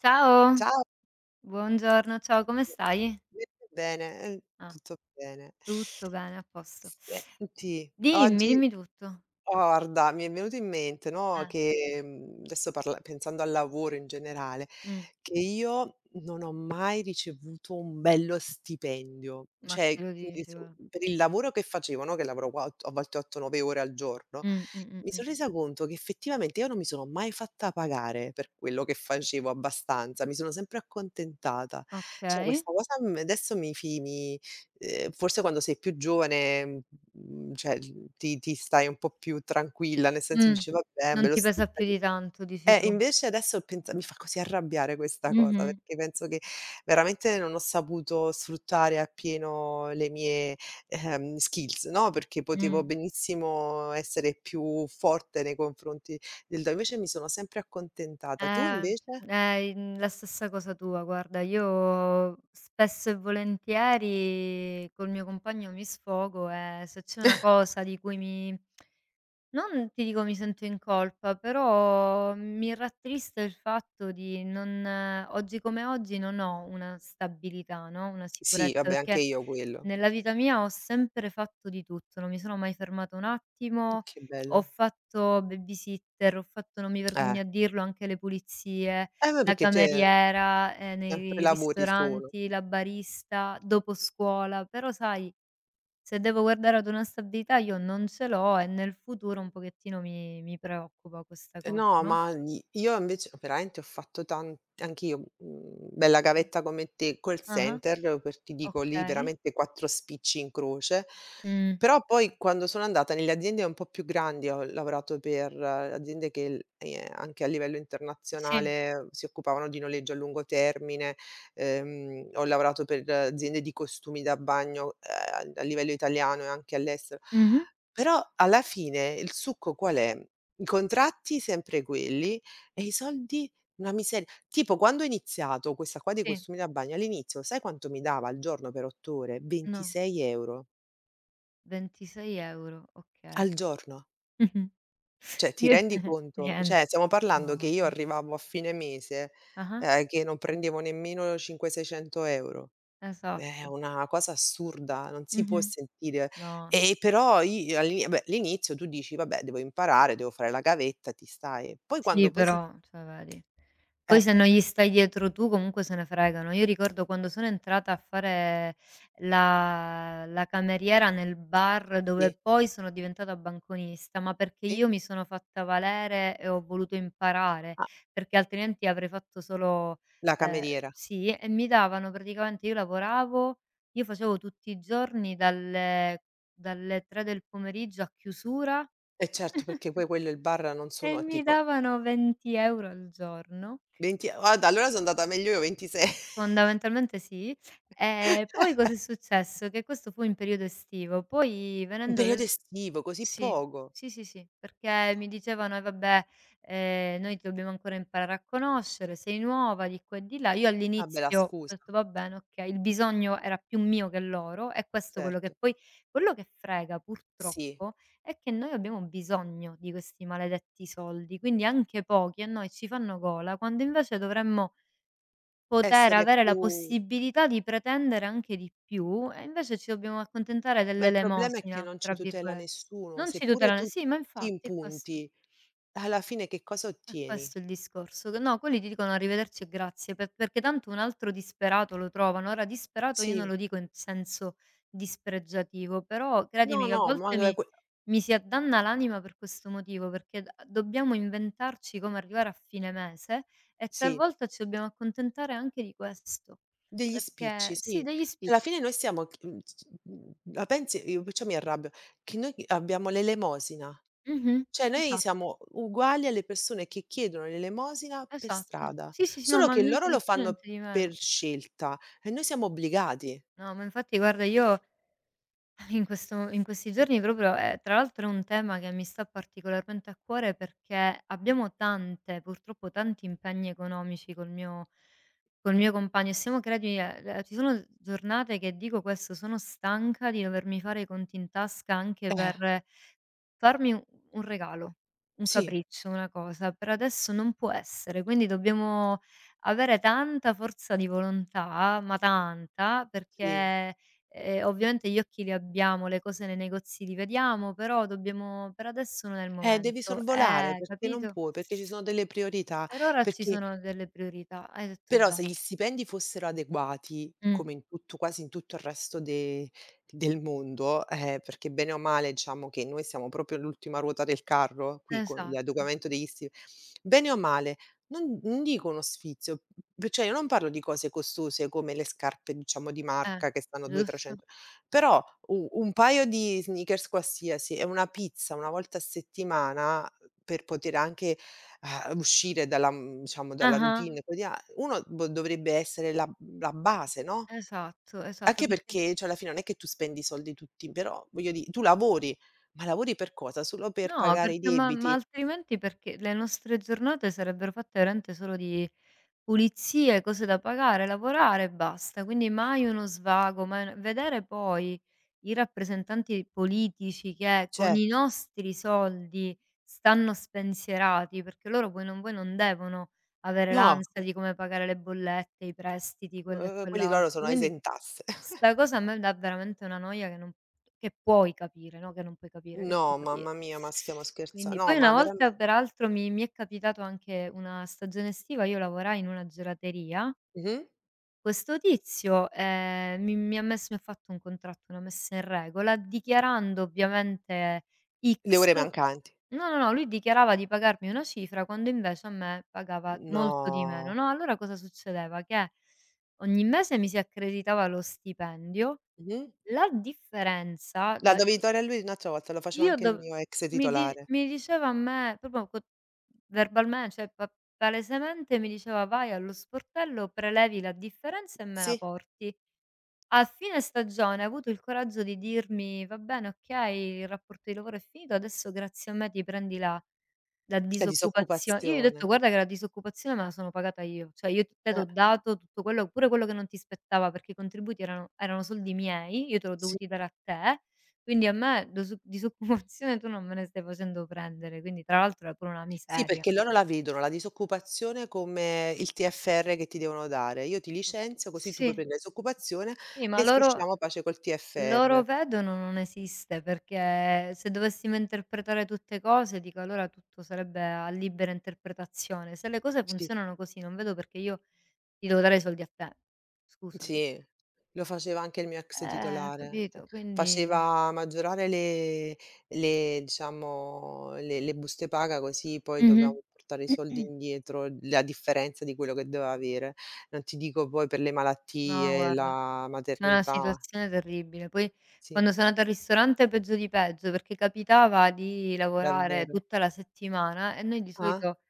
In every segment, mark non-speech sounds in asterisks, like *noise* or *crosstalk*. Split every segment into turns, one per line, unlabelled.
Ciao,
Ciao,
buongiorno, ciao, come stai?
bene,
Ah,
tutto bene.
tutto bene, a posto.
Senti,
Dimmi,
oggi
dimmi tutto.
Guarda, mi è venuto in mente, no,
Eh,
che, adesso parla pensando al lavoro in generale,
mh,
che io non ho mai ricevuto un bello stipendio.
ma
Cioè,
che lo
quindi
dici,
so
guarda.
per il lavoro che facevo, no, che lavoro qua ott a volte 8, 9 ore al giorno,
Mh, mh, mh,
mi
mh.
son resa conto che effettivamente io non mi sono mai fatta pagare per quello che facevo abbastanza, mi sono sempre accontentata. Cioè
Okay.
questa cosa, adesso mi. Forse quando sei più giovane, cioè l ti ti stai un po' più tranquilla, nel senso
Mh,
dici: "Vabbè, me
non
lo
ti pesa più
*unintelligible*
di tanto, dici
Eh,
tu.
invece adesso pensa mi fa così arrabbiare questa cosa,
Mh-mh,
perché penso che veramente non ho saputo sfruttare appieno le mie, skills, no, perché potevo
mh.
benissimo essere più forte nei confronti del do invece mi sono sempre accontentata. Tu
Eh,
invece?
in la stessa cosa tua, guarda, io spesso e volentieri col mio compagno mi sfogo, e se c'è una cosa di cui mi. Non ti dico mi sento in colpa, però mi rattrista il fatto di non oggi come oggi non ho una stabilità, no, una
Sì,
sicurezza,
vabbè, anche
perché
io quello.
nella vita mia ho sempre fatto di tutto, non mi sono mai fermata un attimo,
Che
ho
bello.
fatto babysitter, ho fatto, non mi
Eh.
vergogno a dirlo, anche le pulizie,
Beh,
la
perché te.
cameriera,
Sempre
nei
lavori solo.
ristoranti, la barista, dopo scuola, però sai, se devo guardare ad una stabilità io non ce l'ho, e nel futuro un pochettino mi preoccupa questa
Eh
cosa,
no,
no.
ma gli io invece veramente ho fatto tan anch'io, bella gavetta come te, call
Ah-ah,
center, per ti dico lì
okay.
veramente 4 spicci in croce.
Mh,
Però poi quando sono andata nelle aziende un po' più grandi, ho lavorato per aziende che l anche a livello
sì.
internazionale si occupavano di noleggio a lungo termine, ho lavorato per aziende di costumi da bagno, a livello italiano e anche all'estero.
Mh-mh.
Però alla fine il succo qual è? I contratti sempre quelli e i soldi una miseria. Tipo quando ho iniziato questa qua dei
Sì.
costumi da bagno, all'inizio sai quanto mi dava al giorno per 8 ore?
No,
26 €
26 € okay.
al giorno.
*laughs* Mh-mh.
Cioè ti
Io
rendi conto? Cioè
niente.
stiamo
No,
parlando che io
vabbè.
arrivavo a fine mese,
Ah-ah,
che non prendevo nemmeno 500, 600 €. È
esatto.
una cosa assurda, non si può
Mh-mh.
sentire.
No.
E però i all'ini beh, all'inizio tu dici: "Vabbè, devo imparare, devo fare la gavetta", ti stai. Poi quando
Sì,
poi si
però, cioè vedi. Poi
eh,
se non gli stai dietro tu comunque se ne fregano. Io ricordo quando sono entrata a fare la cameriera nel bar dove
sì,
poi sono diventata banconista, ma perché
sì.
io mi sono fatta valere e ho voluto imparare,
Ah,
perché altrimenti avrei fatto solo.
la
ehm,
cameriera.
sì, e mi davano, praticamente, io facevo tutti i giorni dalle 3 del pomeriggio a chiusura,
Eh certo, perché poi quello e il bar non sono
e
e
mi
dico
davano 20 € al giorno,
20, guarda, allora so' andata meglio io 26.
fondamentalmente sì.
*laughs*
Poi cosa è successo? Che questo fu in periodo estivo, poi
In
venendo
periodo
le.
estivo, così
Sì,
poco?
sì, sì, sì, perché
Madò.
mi dicevano: "Eh vabbè, noi ti dobbiamo ancora imparare a conoscere, sei nuova di qua e di là". Io
Vabbè la
all'inizio ho
scusa,
detto: "Va bene, okay". Il bisogno era più mio che loro, è questo quello che
certo.
poi, quello che frega
Sì,
purtroppo è che noi abbiamo bisogno di questi maledetti soldi, quindi anche pochi a noi ci fanno gola, quando invece dovremmo. Poter
essere
avere la
più
possibilità di pretendere anche di più, e invece ci dobbiamo accontentare
ma il problema è che
dell'elemosina,
non ci
tra
tutela
virgolette.
nessuno,
Non ci
seppure
tutelano,
tu
sì, ma
ti
infatti è questo.
impunti, alla fine che cosa
È
ottieni?
questo è il discorso, che no, quelli ti dicono arrivederci e grazie, perché tanto un altro disperato lo trovano. Ora disperato io non
Sì.
lo dico in senso dispregiativo, però
No,
credimi che a
no, ma
volte mi
que
mi si addanna l'anima per questo motivo, perché d dobbiamo inventarci come arrivare a fine mese e
sì.
talvolta ci dobbiamo accontentare anche di questo.
Degli
Perché
spicci,
sì,
sì.
degli
Cioè alla
spicci.
fine noi siamo la pensi io perciò mi arrabbio, che noi abbiamo l'elemosina.
Mh-mh.
Cioè noi
Esatto,
siamo uguali alle persone che chiedono l'elemosina per
esatto.
strada,
Sì, sì, sì, no,
solo
ma
che loro
niente di
lo
più,
fanno
niente di meno.
per scelta e noi siamo obbligati.
No, ma infatti guarda, io. *laughs* In questi giorni, proprio, è tra l'altro è un tema che mi sta particolarmente a cuore, perché abbiamo tante, purtroppo tanti impegni economici, col mio compagno, e siamo creati ci sono giornate che dico questo: "Sono stanca di dovermi fare i conti in tasca anche
Eh,
per". Farmi u un regalo, un
sì,
capriccio, una cosa, per adesso non può essere, quindi dobbiamo avere tanta forza di volontà, ma tanta,
sì.
perché ovviamente gli occhi li abbiamo, le cose nei negozi li vediamo, però dobbiamo, per adesso non è il
Devi
momento.
sorvolare perché non
Capito?
puoi, perché ci sono delle priorità,
Per ora ci
perché.
sono delle priorità, hai detto
Però se gli
bene.
stipendi fossero adeguati,
Mh,
come in tutto quasi in tutto il resto de del mondo, perché bene o male diciamo che noi siamo proprio l'ultima ruota del carro qui con
esatto.
l'adeguamento degli sti bene o male, non dico uno sfizio, p cioè io non parlo di cose costose come le scarpe diciamo di
Eh,
marca che stanno 200,
giusto.
300 però u un paio di sneakers qualsiasi e una pizza una volta a settimana per poter anche. Ah, uscire dalla diciamo dalla
Ah-ah,
routine quotidia uno bo dovrebbe essere la base, no,
esatto, esatto,
anche
perché.
perché, cioè alla fine non è che tu spendi i soldi tutti, però voglio di tu lavori, ma lavori per cosa? Solo per
No,
pagare i
perché ma
debiti?
altrimenti perché le nostre giornate sarebbero fatte veramente solo di pulizie, cose da pagare, lavorare e basta. Quindi mai uno svago, mai una, vedere poi i rappresentanti politici che con i
Certo.
nostri soldi stanno spensierati, perché loro poi non vuoi non devono avere
No,
l'ansia di come pagare le bollette, i prestiti, quello e
quelli loro
quell'altro.
sono
Quindi
esentasse. *laughs*
'sta cosa a me dà veramente una noia che non, che puoi capire, no, che non puoi capire, che
No,
puoi
mamma
capire.
mia, ma stiamo scherza
Quindi
no,
poi
ma
una volta
veramen
peraltro mi è capitato anche una stagione estiva, io lavorai in una gelateria,
mh-mh.
questo tizio, mi ha fatto un contratto, una messa in regola, dichiarando ovviamente
Le
X.
ore mancanti.
No, no, no, lui dichiarava di pagarmi una cifra quando invece a me pagava molto di meno,
No.
no, allora cosa succedeva, che ogni mese mi si accreditava lo stipendio,
Mh-mh.
la differenza
La
da.
dovevi dare a lui un'altra volta, lo faceva
Io
anche il
dov
mio ex titolare.
Mi diceva a me proprio, co verbalmen cioè pa palesemente mi diceva: "Vai allo sportello, prelevi la differenza e me la
Sì,
porti". A fine stagione ha avuto il coraggio di dirmi: "Va bene, okay, il rapporto di lavoro è finito, adesso grazie a me ti prendi la. La
la
disoccupazio". Io gli ho detto:
disoccupazione.
"Guarda che la disoccupazione me la sono pagata io, cioè io te
Eh.
t'ho dato tutto, quello pure quello che non ti spettava, perché i contributi erano soldi miei, io te l'ho
Sì.
dovuti dare a te, quindi a me dosu *laughs* disoccupazione tu non me ne stai facendo prendere". Quindi tra l'altro era pure una
Sì,
miseria.
perché loro la vedono la disoccupazione come il TFR che ti devono dare. Io ti licenzio così tu puoi
Sì,
prendere la
s
disoccupazione
sì, ma
e s
loro
usciamo a pace col TFR.
loro vedono non esiste, perché se dovessimo interpretare tutte cose, dico allora tutto sarebbe a libera interpretazione. Se le cose
Sì,
funzionano così, non vedo perché io. Ti devo dare i soldi a te, scusami.
sì, lo faceva anche il mio ex titolare. Eh,
Capito? Quindi
faceva maggiorare le diciamo le buste paga così poi
mh-mh.
dovevamo portare i soldi indietro, la differenza di quello che doveva avere. Non ti dico poi per le
No,
malattie,
guarda,
la
c'è una
maternità.
situazione terribile. Poi
Sì,
quando sono andata al ristorante peggio di peggio, perché capitava di lavorare
davvero.
tutta la settimana, e noi di
Ah?
solito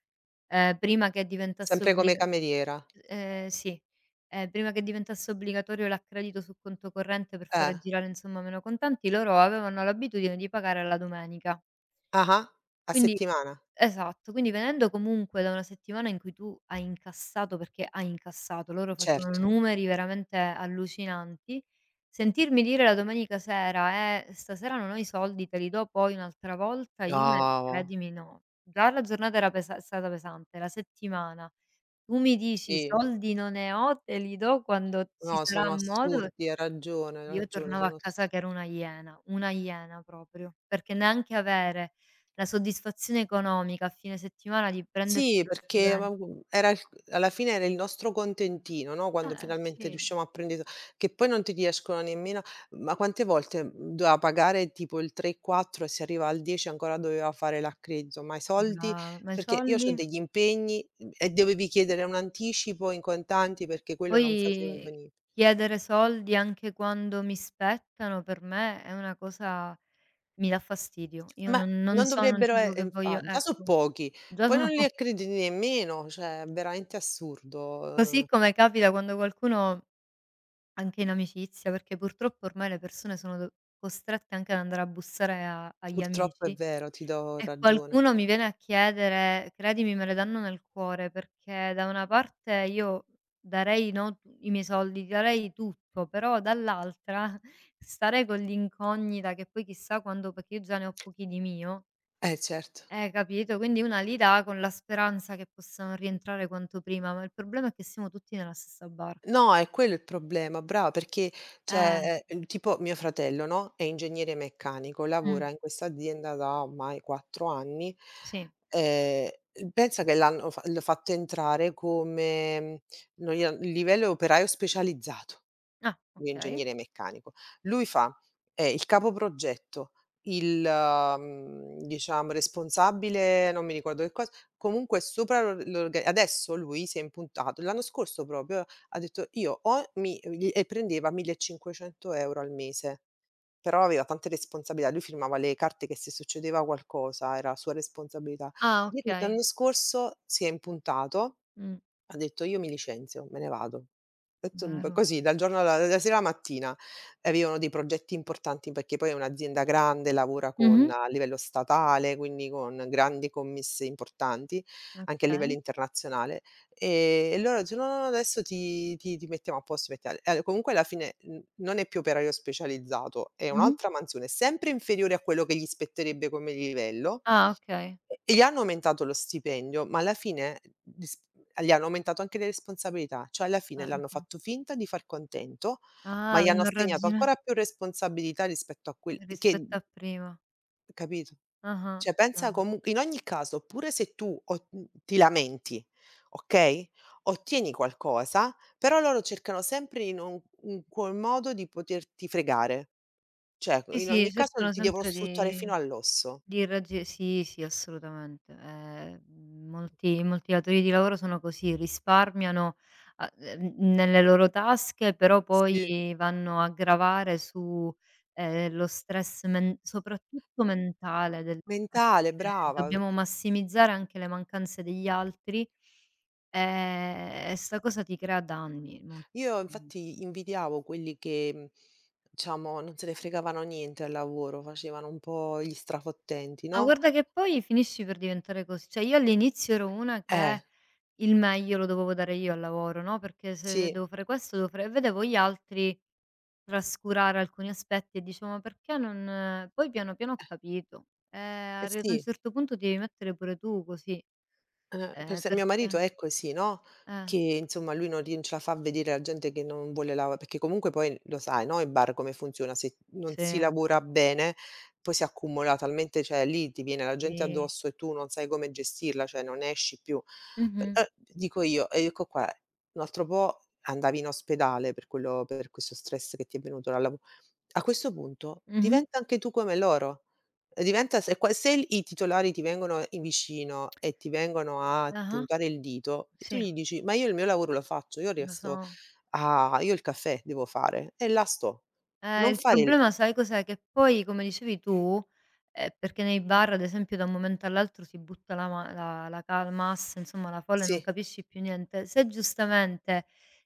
prima che diventasse
Sempre come
obbliga
cameriera.
sì, prima che diventasse obbligatorio l'accredito su conto corrente per
Eh.
fare girare, insomma, meno contanti, loro avevano l'abitudine di pagare alla domenica.
Ah-ah. A
Quindi
settimana?
esatto, quindi venendo comunque da una settimana in cui tu hai incassato, perché hai incassato, loro facevano
Certo.
numeri veramente allucinanti, sentirmi dire la domenica sera: stasera non ho i soldi, te li do poi un'altra volta", io ne,
No,
credimi, no. Già la giornata era pesa, è stata pesante, la settimana. Tu mi dici:
sì.
"Soldi non ne ho, te li do quando ci
No,
sarà
sono
modo".
assurdi, hai
Io
ragione,
tornavo a
sono
casa
ass
che ero una iena proprio, perché neanche avere la soddisfazione economica a fine settimana di prenderti
sì,
lo
perché ma
stipendio,
*unintelligible* gu era il alla fine era il nostro contentino, no,
no.
quando
Eh
finalmente
sì,
riusciamo a prendere che poi non ti riescono nemmeno, ma quante volte, doveva pagare tipo il 3, 4 e si arriva al 10 ancora doveva fare l'accredito, ma i soldi,
brava, ma i
perché io
soldi?
c'ho degli impegni, e dovevi chiedere un anticipo in contanti perché quello non faceva
Poi
veni.
chiedere soldi anche quando mi spettano, per me è una cosa, mi dà fastidio. Io
Ma
non, non
non
sono un
dovrebbero e
tipo che voglio,
infa già so'
ecco,
pochi,
già
poi non
sono.
li
*laughs*
accrediti nemmeno, cioè è veramente assurdo,
Così come capita quando qualcuno. Anche in amicizia, perché purtroppo ormai le persone sono do costrette anche ad andare a bussare a agli
purtroppo è
amici,
vero, ti do
e
ragione.
qualcuno mi viene a chiedere, credimi, me le danno nel cuore, perché da una parte io darei, no, i miei soldi, darei tutto, però dall'altra. *laughs* Stare con l'incognita che poi chissà quando, perché io già ne ho pochi di mio,
Eh certo.
capito? Quindi una li dà con la speranza che possano rientrare quanto prima, ma il problema è che siamo tutti nella stessa barca.
No, è quello il problema, brava, perché
Eh,
cioè, tipo mio fratello, no, è ingegnere meccanico,
mh,
lavora in questa azienda da ormai 4 anni,
sì.
ehm, pensa che l'ho fatto entrare come non gli han il livello operaio specializzato.
Ah,
Lui è
okay.
ingegnere meccanico. Lui fa, è il capoprogetto, il, diciamo responsabile, non mi ricordo che cosa, comunque è sopra l'or l'orga Adesso lui si è impuntato, l'anno scorso proprio ha detto: "Io o mi", gli e prendeva 1500 € al mese, però aveva tante responsabilità, lui firmava le carte che se succedeva qualcosa era sua responsabilità.
Ah, okay.
L'anno scorso si è impuntato,
Mh.
ha detto: "Io mi licenzio, me ne vado". E tum
Vero.
così dalla sera alla mattina. E avevano dei progetti importanti perché poi è un'azienda grande, lavora con
Mh-mh.
a livello statale, quindi con grandi commesse importanti, anche a livello
Okay.
internazionale. E loro dice: "No, no, no, adesso ti mettiamo a posto, ti mettiamo" e comunque alla fine n non è più operaio specializzato, è
Mh-mh.
un'altra mansione, sempre inferiore a quello che gli spetterebbe come livello,
Ah, okay.
e gli hanno aumentato lo stipendio, ma alla fine gli hanno aumentato anche le responsabilità, cioè alla fine l'hanno
Infa
fatto finta di far contento, ma
ah,
gli hanno
l'hanno
assegnato
raggina
ancora più responsabilità rispetto a quel che
rispetto a prima.
capito?
Ah-ah.
Cioè pensa
No.
comu in ogni caso, pure se tu ti lamenti, okay, ottieni qualcosa, però loro cercano sempre in qual modo di poterti fregare. Cioè
Sì,
in
sì,
ogni caso
cercano
ti devono
sempre
sfruttare
di.
fino all'osso.
Di raggi Sì, sì, assolutamente. Molti molti datori di lavoro sono così, risparmiano a nelle loro tasche, però poi
Sì,
vanno a gravare su, lo stress men soprattutto mentale del.
mentale, brava.
Dobbiamo massimizzare anche le mancanze degli altri, e sta cosa ti crea danni, molti
Io
danni.
infatti invidiavo quelli che, diciamo non se ne fregavano niente al lavoro, facevano un po' gli strafottenti,
Ma
no?
guarda che poi finisci per diventare cos cioè, io all'inizio ero una
Eh,
che. Il meglio lo dovevo dare io al lavoro, no, perché se
sì,
devo fare questo, devo fare, e vedevo gli altri trascurare alcuni aspetti, e dicevo: "Ma perché non". Poi piano piano ho capito,
eh
arrivato a un
sì.
certo punto ti devi mettere pure tu così,
Per se mio marito
perché
è così, no,
eh,
che insomma lui non rin ce la fa a vedere la gente che non vuole lava perché comunque poi lo sai, no, in bar come funziona, se non si
sì,
lavora bene poi si accumula talmente cioè lì ti viene la gente
sì.
addosso e tu non sai come gestirla, cioè non esci più. Per
Mh-mh,
dico io, e ecco qua, un altro po' andavi in ospedale per questo stress che ti è venuto dal lavo a questo punto
mh-mh,
diventa anche tu come loro. Diventa se i titolari ti vengono in vicino e ti vengono a
ah-ah,
puntare il dito e tu
sì,
gli dici: "Ma io il mio lavoro lo faccio, io
lo
resto
so.
a io il caffè devo fare e là sto". Non
Il
fare il
problema sai cos'è? Che poi, come dicevi tu, perché nei bar ad esempio da un momento all'altro si butta la, ma la la ca massa, insomma, la folla, e non
sì,
capisci più niente. Se giustamente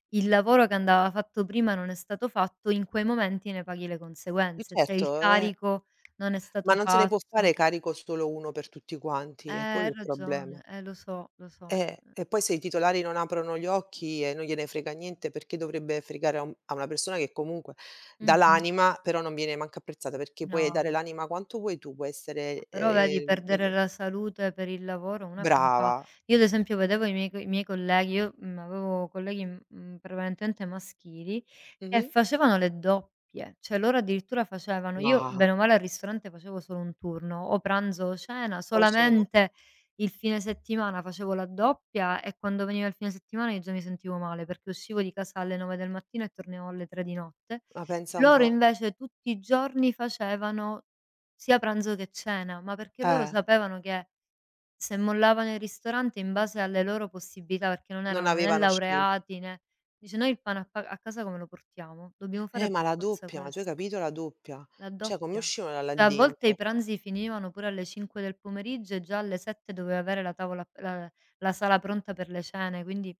il lavoro che andava fatto prima non è stato fatto, in quei momenti ne paghi le conseguenze, se il
certo,
carico non è
ma
stato
non se ne può
fatto.
fare carico solo uno per tutti quanti, è quello
Hai
il problema.
ragione, lo so, lo so.
E poi se i titolari non aprono gli occhi e non gliene frega niente, perché dovrebbe fregare a un a una persona che comunque
Mh.
dà
Mh-mh.
l'anima, però non viene manco apprezzata, perché puoi
No.
dare l'anima quanto vuoi tu, puoi essere,
Però vedi, perdere
miglior
la salute per il lavoro una come fa?
brava.
Io ad esempio vedevo i miei colleghi, io avevo colleghi prevalentemente maschili, che
Mh-mh.
facevano le doppie, cioè loro addirittura facevano, io
Ma
bene o male al ristorante facevo solo un turno, o pranzo o cena,
o cena.
solamente il fine settimana facevo la doppia, e quando veniva il fine settimana io già mi sentivo male, perché uscivo di casa alle 9 del mattino e tornavo alle 3 di notte.
Ma pensa un
Loro
po'.
invece tutti i giorni facevano sia pranzo che cena, ma perché loro
Eh,
sapevano che, se mollavano il ristorante in base alle loro possibilità, perché non
non
erano né
avevano scel
laureati né, dice: "Noi il pane a casa come lo portiamo? Dobbiamo
Eh,
fare
ma
per
la
forza
doppia, ma tu hai
questo,
capito la doppia?
la
Cioè come
doppia".
uscivano da là
Cioè a volte i
dentro?
pranzi finivano pure alle 5 del pomeriggio e già alle 7 dovevi avere la tavola, la sala pronta per le cene, quindi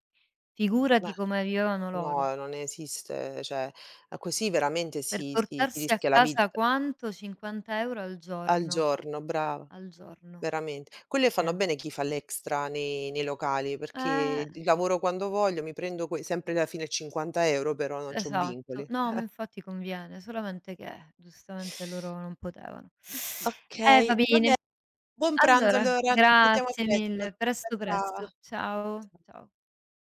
Ma
figurati come vivevano loro.
no, non esiste, cioè, a così veramente
Per
si
portarsi a
rischia la
casa
vita
quanto? 50 € al
al
giorno,
giorno, brava.
al giorno.
Veramente. Quelle fanno
Niente.
bene chi fa l'extra nei locali,
Eh,
perché lavoro quando voglio, mi prendo que sempre alla fine 50 € però non c'ho
esatto.
vincoli.
No, ma infatti conviene, solamente che giustamente loro
*laughs*
non potevano. Eh sì.
Okay,
Va
vabbè.
bene.
Buon pranzo
Allora,
allora, ci sentiamo
grazie mille.
presto. Cia
Presto,
ciao.
presto. Ciao, ciao.